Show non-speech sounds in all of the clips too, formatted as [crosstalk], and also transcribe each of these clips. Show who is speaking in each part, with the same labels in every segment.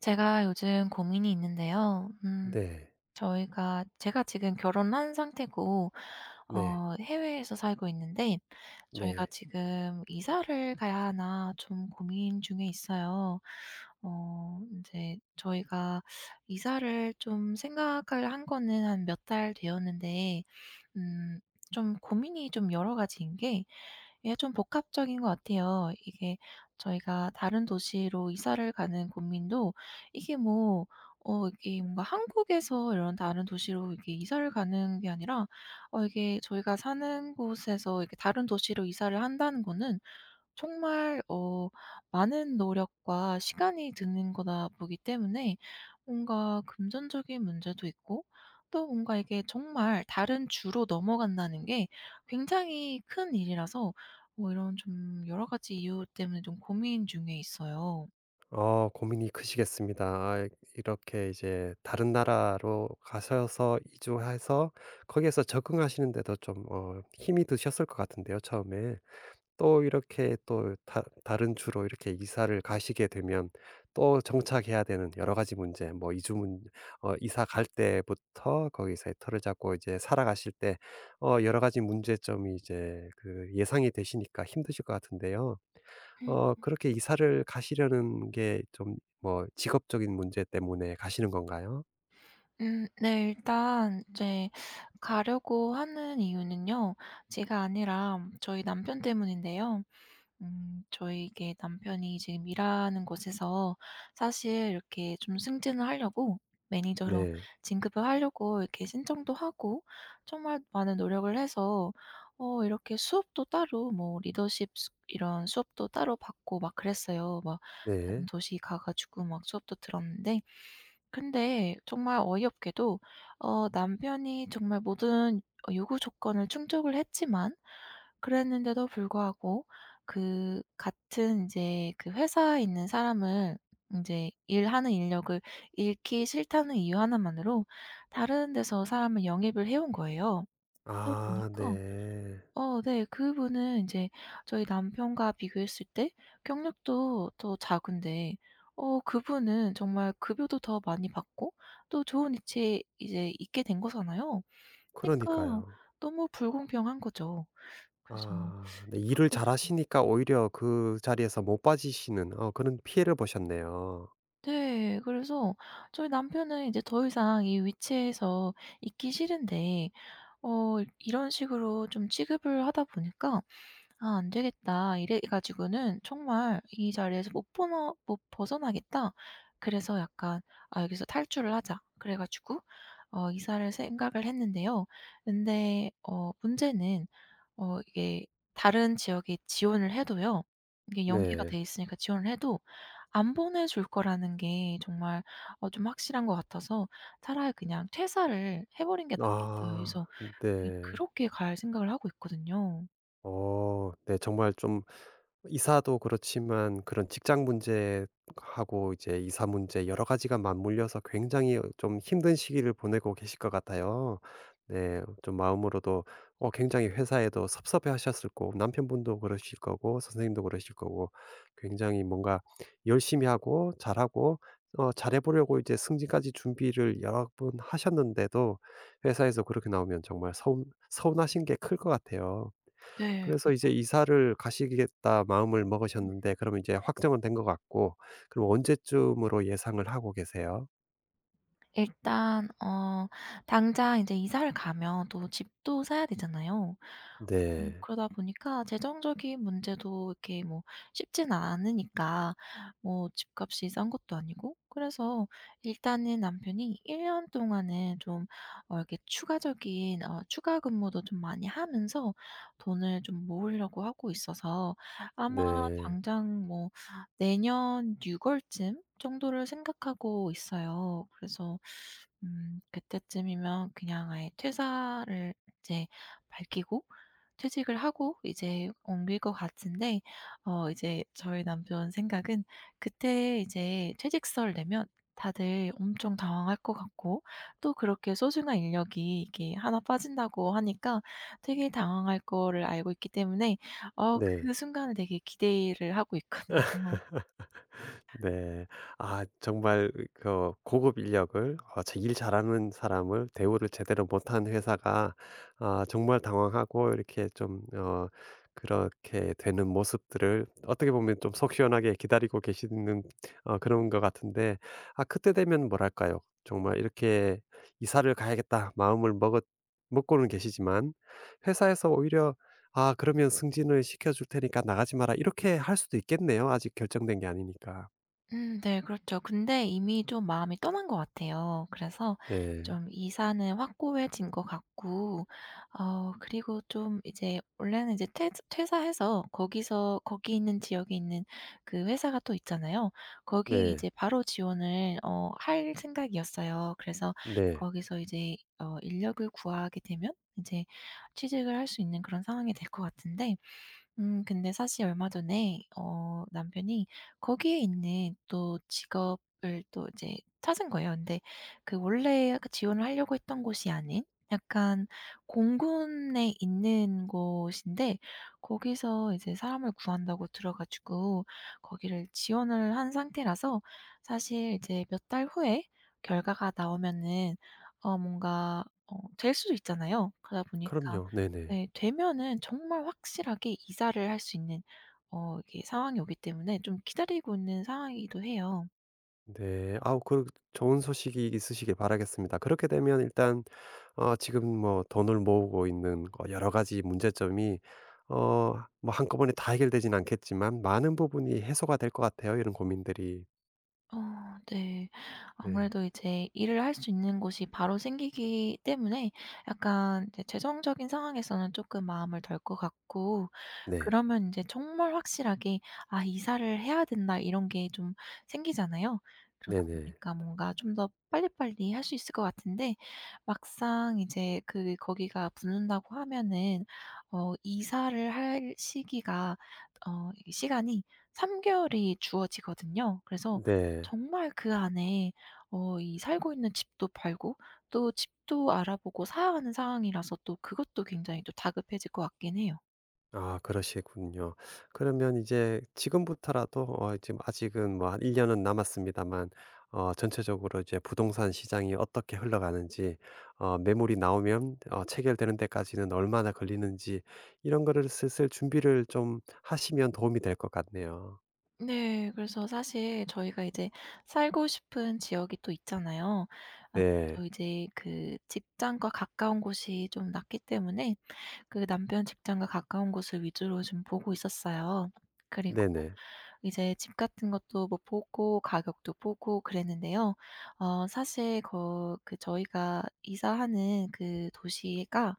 Speaker 1: 제가 요즘 고민이 있는데요.
Speaker 2: 네.
Speaker 1: 저희가 제가 지금 결혼한 상태고
Speaker 2: 네.
Speaker 1: 해외에서 살고 있는데 저희가
Speaker 2: 네.
Speaker 1: 지금 이사를 가야 하나 좀 고민 중에 있어요. 어제 저희가 이사를 좀 생각을 한 거는 한 몇 달 되었는데 음 좀 고민이 좀 여러 가지인 게 이게 좀 복합적인 것 같아요. 이게 저희가 다른 도시로 이사를 가는 고민도 이게 뭐 이게 뭔가 한국에서 이런 다른 도시로 이렇게 이사를 가는 게 아니라 이게 저희가 사는 곳에서 이렇게 다른 도시로 이사를 한다는 거는 정말 많은 노력과 시간이 드는 거다 보기 때문에, 뭔가 금전적인 문제도 있고 또 뭔가 이게 정말 다른 주로 넘어간다는 게 굉장히 큰 일이라서, 뭐 이런 좀 여러 가지 이유 때문에 좀 고민 중에 있어요.
Speaker 2: 고민이 크시겠습니다. 아 이렇게 이제 다른 나라로 가셔서 이주해서 거기에서 적응하시는데도 좀 힘이 드셨을 것 같은데요 처음에. 또 이렇게 또 다 다른 주로 이렇게 이사를 가시게 되면 또 정착해야 되는 여러 가지 문제 뭐 이주 문 어 이사 갈 때부터 거기서 터를 잡고 이제 살아가실 때 여러 가지 문제점이 이제 그 예상이 되시니까 힘드실 것 같은데요.
Speaker 1: 음
Speaker 2: 그렇게 이사를 가시려는 게 좀 뭐 직업적인 문제 때문에 가시는 건가요?
Speaker 1: 네. 일단 이제 가려고 하는 이유는요, 제가 아니라 저희 남편 때문인데요. 저희 게 남편이 지금 일하는 곳에서 사실 이렇게 좀 승진을 하려고, 네, 매니저로
Speaker 2: 네.
Speaker 1: 진급을 하려고 이렇게 신청도 하고 정말 많은 노력을 해서 이렇게 수업도 따로 뭐 리더십 수 이런 수업도 따로 받고 막 그랬어요. 막 다른
Speaker 2: 네.
Speaker 1: 도시 가 가지고 막 수업도 들었는데, 근데 정말 어이없게도 남편이 정말 모든 요구 조건을 충족을 했지만, 그랬는데도 불구하고 그 같은 이제 그 회사에 있는 사람을, 이제 일하는 인력을 잃기 싫다는 이유 하나만으로 다른 데서 사람을 영입을 해온 거예요. 그러다
Speaker 2: 아
Speaker 1: 보니까
Speaker 2: 네.
Speaker 1: 어, 네, 그분은 이제 저희 남편과 비교했을 때 경력도 더 작은데 그분은 정말 급여도 더 많이 받고 또 좋은 위치에 이제 있게 된 거잖아요. 그러니까
Speaker 2: 그러니까요.
Speaker 1: 너무 불공평한 거죠. 그래서
Speaker 2: 아 네,
Speaker 1: 이것
Speaker 2: 일을
Speaker 1: 때
Speaker 2: 잘하시니까 오히려 그 자리에서 못 빠지시는 그런 피해를 보셨네요.
Speaker 1: 네. 그래서 저희 남편은 이제 더 이상 이 위치에서 있기 싫은데 이런 식으로 좀 취급을 하다 보니까 '아, 안 되겠다.' 이래 가지고는 정말 '이 자리에서 못 벗어나겠다.' 그래서 약간 '아, 여기서 탈출을 하자.' 그래 가지고 이사를 생각을 했는데요. 근데 문제는 이게 다른 지역에 지원을 해도요, 이게 연계가
Speaker 2: 네.
Speaker 1: 돼 있으니까 지원을 해도 안 보내줄 거라는 게 정말 좀 확실한 것 같아서, 차라리 그냥 '퇴사를 해버린 게 낫겠다.' 해서
Speaker 2: 아
Speaker 1: 그
Speaker 2: 네.
Speaker 1: 그렇게 갈 생각을 하고 있거든요.
Speaker 2: 네, 정말 좀 이사도 그렇지만 그런 직장 문제하고 이제 이사 문제 여러 가지가 맞물려서 굉장히 좀 힘든 시기를 보내고 계실 것 같아요. 네. 좀 마음으로도 굉장히 회사에도 섭섭해하셨을 거고 남편분도 그러실 거고 선생님도 그러실 거고 굉장히 뭔가 열심히 하고 잘하고 잘해 보려고 이제 승진까지 준비를 여러 번 하셨는데도 회사에서 그렇게 나오면 정말 서운하신 게 클 것 같아요.
Speaker 1: 네.
Speaker 2: 그래서
Speaker 1: 그래서
Speaker 2: 이제 이사를 가시겠다 마음을 먹으셨는데 그러면 이제 확정은 된 것 같고 그럼 언제쯤으로 예상을 하고 계세요?
Speaker 1: 일단 당장 이제 이사를 가면 또 집도 사야 되잖아요.
Speaker 2: 네.
Speaker 1: 그러다 보니까 재정적인 문제도 이렇게 뭐 쉽진 않으니까, 뭐 집값이 싼 것도 아니고, 그래서 일단은 남편이 1년 동안은 좀 이렇게 추가 근무도 좀 많이 하면서 돈을 좀 모으려고 하고 있어서, 아마
Speaker 2: 네.
Speaker 1: 당장 뭐 내년 6 월쯤 정도를 생각하고 있어요. 그래서 그때쯤이면 그냥 아예 퇴사를 이제 밝히고 퇴직을 하고 이제 옮길 것 같은데, 이제 저희 남편 생각은 그때 이제 퇴직서를 내면 다들 엄청 당황할 것 같고 또 그렇게 소중한 인력이 이게 하나 빠진다고 하니까 되게 당황할 거를 알고 있기 때문에
Speaker 2: 네.
Speaker 1: 그 순간을 되게 기대를 하고 있거든요.
Speaker 2: [laughs] 네. 아 정말 그 고급 인력을 어 제 일 잘하는 사람을 대우를 제대로 못한 회사가 아 정말 당황하고 이렇게 좀 그렇게 되는 모습들을 어떻게 보면 좀 속 시원하게 기다리고 계시는 그런 것 같은데 아 그때 되면 뭐랄까요? 정말 이렇게 '이사를 가야겠다.' 마음을 먹었 먹고는 계시지만 회사에서 오히려 아 그러면 "승진을 시켜 줄 테니까 나가지 마라." 이렇게 할 수도 있겠네요. 아직 결정된 게 아니니까.
Speaker 1: 음, 네, 그렇죠. 근데 이미 좀 마음이 떠난 것 같아요. 그래서
Speaker 2: 네.
Speaker 1: 좀 이사는 확고해진 것 같고 그리고 좀 이제 원래는 이제 퇴 퇴사해서 거기서, 거기 있는 지역에 있는 그 회사가 또 있잖아요. 거기에
Speaker 2: 네.
Speaker 1: 이제 바로 지원을 할 생각이었어요. 그래서
Speaker 2: 네.
Speaker 1: 거기서 이제 인력을 구하게 되면 이제 취직을 할 수 있는 그런 상황이 될 것 같은데, 근데 사실 얼마 전에 남편이 거기에 있는 또 직업을 또 이제 찾은 거예요. 근데 그 원래 그 지원을 하려고 했던 곳이 아닌 약간 공군에 있는 곳인데, 거기서 이제 사람을 구한다고 들어 가지고 거기를 지원을 한 상태라서, 사실 이제 몇 달 후에 결과가 나오면은 뭔가 될 수도 있잖아요. 그러다 보니까
Speaker 2: 그럼요. 네네.
Speaker 1: 네, 되면은 정말 확실하게 이사를 할 수 있는 이게 상황이 오기 때문에 좀 기다리고 있는 상황이기도 해요.
Speaker 2: 네. 아우 그 좋은 소식이 있으시길 바라겠습니다. 그렇게 되면 일단 지금 뭐 돈을 모으고 있는 거 여러 가지 문제점이 어 뭐 한꺼번에 다 해결되진 않겠지만 많은 부분이 해소가 될 것 같아요, 이런 고민들이.
Speaker 1: 네.
Speaker 2: 네.
Speaker 1: 아무래도 이제 일을 할 수 있는 곳이 바로 생기기 때문에 약간 이제 재정적인 상황에서는 조금 마음을 덜 것 같고,
Speaker 2: 네.
Speaker 1: 그러면 이제 정말 확실하게 '아, 이사를 해야 된다.' 이런 게 좀 생기잖아요. 그러다
Speaker 2: 네네.
Speaker 1: 보니까 뭔가 좀 더 빨리빨리 할 수 있을 것 같은데, 막상 이제 그 거기가 붙는다고 하면은 이사를 할 시기가 이 시간이 3 개월이 주어지거든요. 그래서
Speaker 2: 네.
Speaker 1: 정말 그 안에 이 살고 있는 집도 팔고 또 집도 알아보고 사야 하는 상황이라서, 또 그것도 굉장히 또 다급해질 것 같긴 해요.
Speaker 2: 아 그러시군요. 그러면 이제 지금부터라도 지금 아직은 뭐 한 1 년은 남았습니다만 전체적으로 이제 부동산 시장이 어떻게 흘러가는지 매물이 나오면 체결되는 데까지는 얼마나 걸리는지 이런 거를 슬슬 준비를 좀 하시면 도움이 될 것 같네요.
Speaker 1: 네. 그래서 사실 저희가 이제 살고 싶은 지역이 또 있잖아요.
Speaker 2: 네.
Speaker 1: 아무래도 이제 그 직장과 가까운 곳이 좀 낫기 때문에 그 남편 직장과 가까운 곳을 위주로 좀 보고 있었어요. 그리고
Speaker 2: 네네.
Speaker 1: 이제 집 같은 것도 뭐 보고 가격도 보고 그랬는데요. 사실 거 그 저희가 이사하는 그 도시가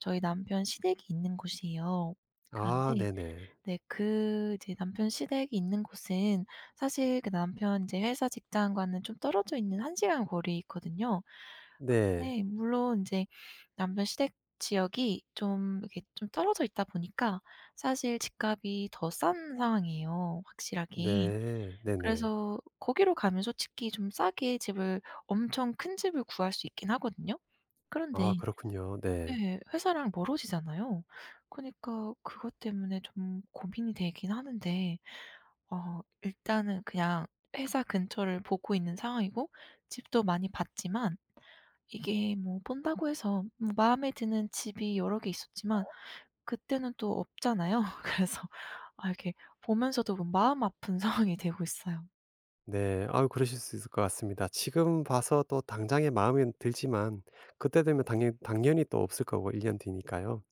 Speaker 1: 저희 남편 시댁이 있는 곳이에요.
Speaker 2: 아
Speaker 1: 그런데
Speaker 2: 네네.
Speaker 1: 네, 그 이제 남편 시댁이 있는 곳은 사실 그 남편 이제 회사 직장과는 좀 떨어져 있는, 한 시간 거리에 있거든요.
Speaker 2: 네.
Speaker 1: 네. 물론 이제 남편 시댁 지역이 좀 이렇게 좀 떨어져 있다 보니까 사실 집값이 더 싼 상황이에요, 확실하게.
Speaker 2: 네. 네네.
Speaker 1: 그래서 거기로 가면 솔직히 좀 싸게 집을, 엄청 큰 집을 구할 수 있긴 하거든요. 그런데
Speaker 2: 아 그렇군요. 네.
Speaker 1: 예, 회사랑 멀어지잖아요. 그니까 러 그것 때문에 좀 고민이 되긴 하는데 일단은 그냥 회사 근처를 보고 있는 상황이고, 집도 많이 봤지만 이게 뭐 본다고 해서, 뭐 마음에 드는 집이 여러 개 있었지만 그때는 또 없잖아요. [laughs] 그래서 아, 이렇게 보면서도 뭐 마음 아픈 [laughs] 상황이 되고 있어요.
Speaker 2: 네. 아유 그러실 수 있을 것 같습니다. 지금 봐서 또 당장에 마음에 들지만 그때 되면 당연히 또 없을 거고 1년 뒤니까요.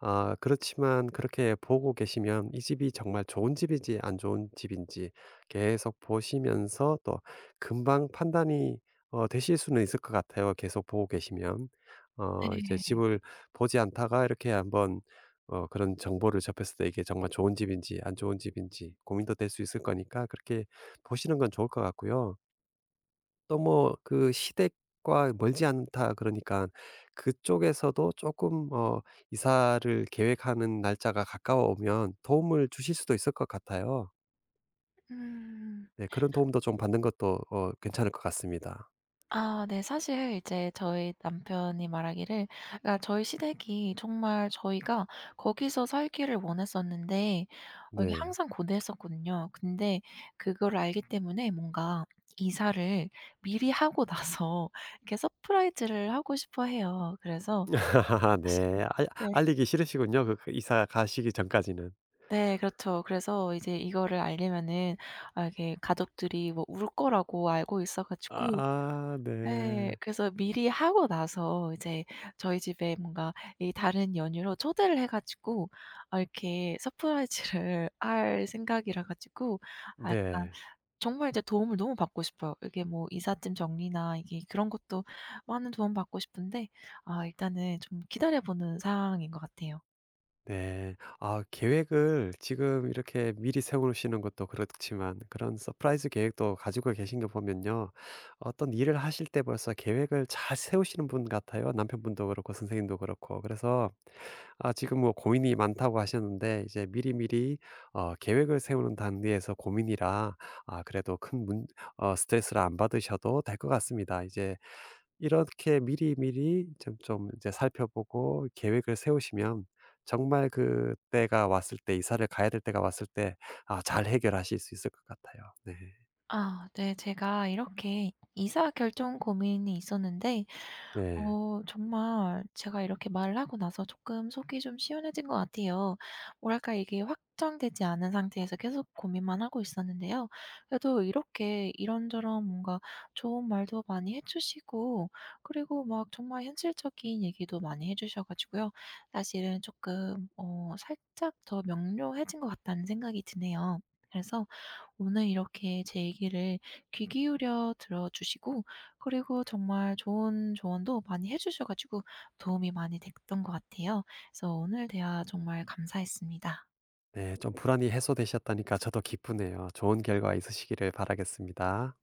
Speaker 2: 아 그렇지만 그렇게 보고 계시면 이 집이 정말 좋은 집인지 안 좋은 집인지 계속 보시면서 또 금방 판단이 되실 수는 있을 것 같아요 계속 보고 계시면. 이제
Speaker 1: 네.
Speaker 2: 집을 보지 않다가 이렇게 한번 그런 정보를 접했을 때 이게 정말 좋은 집인지 안 좋은 집인지 고민도 될 수 있을 거니까 그렇게 보시는 건 좋을 것 같고요. 또 뭐 그 시댁과 멀지 않다 그러니까 그쪽에서도 조금 이사를 계획하는 날짜가 가까워오면 도움을 주실 수도 있을 것 같아요.
Speaker 1: 음.
Speaker 2: 네, 그런 도움도 좀 받는 것도 괜찮을 것 같습니다.
Speaker 1: 아, 네. 사실 이제 저희 남편이 말하기를, 그러니까 저희 시댁이 정말 저희가 거기서 살기를 원했었는데 이게
Speaker 2: 네.
Speaker 1: 항상 고대했었거든요. 근데 그걸 알기 때문에 뭔가 이사를 미리 하고 나서 [laughs] 이렇게 서프라이즈를 하고 싶어 해요. 그래서
Speaker 2: [laughs]
Speaker 1: 사실,
Speaker 2: 네. 알
Speaker 1: 네.
Speaker 2: 알리기 싫으시군요. 그 그 이사 가시기 전까지는.
Speaker 1: 네, 그렇죠. 그래서 이제 이거를 알리면은 아, 이게 가족들이 뭐 울 거라고 알고 있어 가지고,
Speaker 2: 아
Speaker 1: 네,
Speaker 2: 네.
Speaker 1: 그래서 미리 하고 나서 이제 저희 집에 뭔가 이 다른 연유로 초대를 해 가지고 아, 이렇게 서프라이즈를 [laughs] 할 생각이라 가지고, 아, 약간
Speaker 2: 네.
Speaker 1: 정말 이제 도움을 너무 받고 싶어요. 이게 뭐 이삿짐 정리나 이게 그런 것도 많은 도움 받고 싶은데, 아, 일단은 좀 기다려 보는 상황인 것 같아요.
Speaker 2: 네. 아 계획을 지금 이렇게 미리 세우시는 것도 그렇지만 그런 서프라이즈 계획도 가지고 계신 거 보면요. 어떤 일을 하실 때 벌써 계획을 잘 세우시는 분 같아요. 남편분도 그렇고 선생님도 그렇고. 그래서 아 지금 뭐 고민이 많다고 하셨는데 이제 미리미리 계획을 세우는 단계에서 고민이라 아 그래도 큰 문 어 스트레스를 안 받으셔도 될 것 같습니다. 이제 이렇게 미리미리 좀 이제 살펴보고 계획을 세우시면 정말 그때가 왔을 때 이사를 가야 될 때가 왔을 때 아 잘 해결하실 수 있을 것 같아요. 네.
Speaker 1: 아, 네. 제가 이렇게 이사 결정 고민이 있었는데
Speaker 2: 네.
Speaker 1: 정말 제가 이렇게 말을 하고 나서 조금 속이 좀 시원해진 것 같아요. 뭐랄까, 이게 확정되지 않은 상태에서 계속 고민만 하고 있었는데요. 그래도 이렇게 이런저런 뭔가 좋은 말도 많이 해 주시고, 그리고 막 정말 현실적인 얘기도 많이 해 주셔 가지고요, 사실은 조금 살짝 더 명료해진 것 같다는 생각이 드네요. 그래서 오늘 이렇게 제 얘기를 귀 기울여 들어주시고, 그리고 정말 좋은 조언도 많이 해주셔 가지고 도움이 많이 됐던 것 같아요. 그래서 오늘 대화 정말 감사했습니다.
Speaker 2: 네. 좀 불안이 해소되셨다니까 저도 기쁘네요. 좋은 결과 있으시기를 바라겠습니다.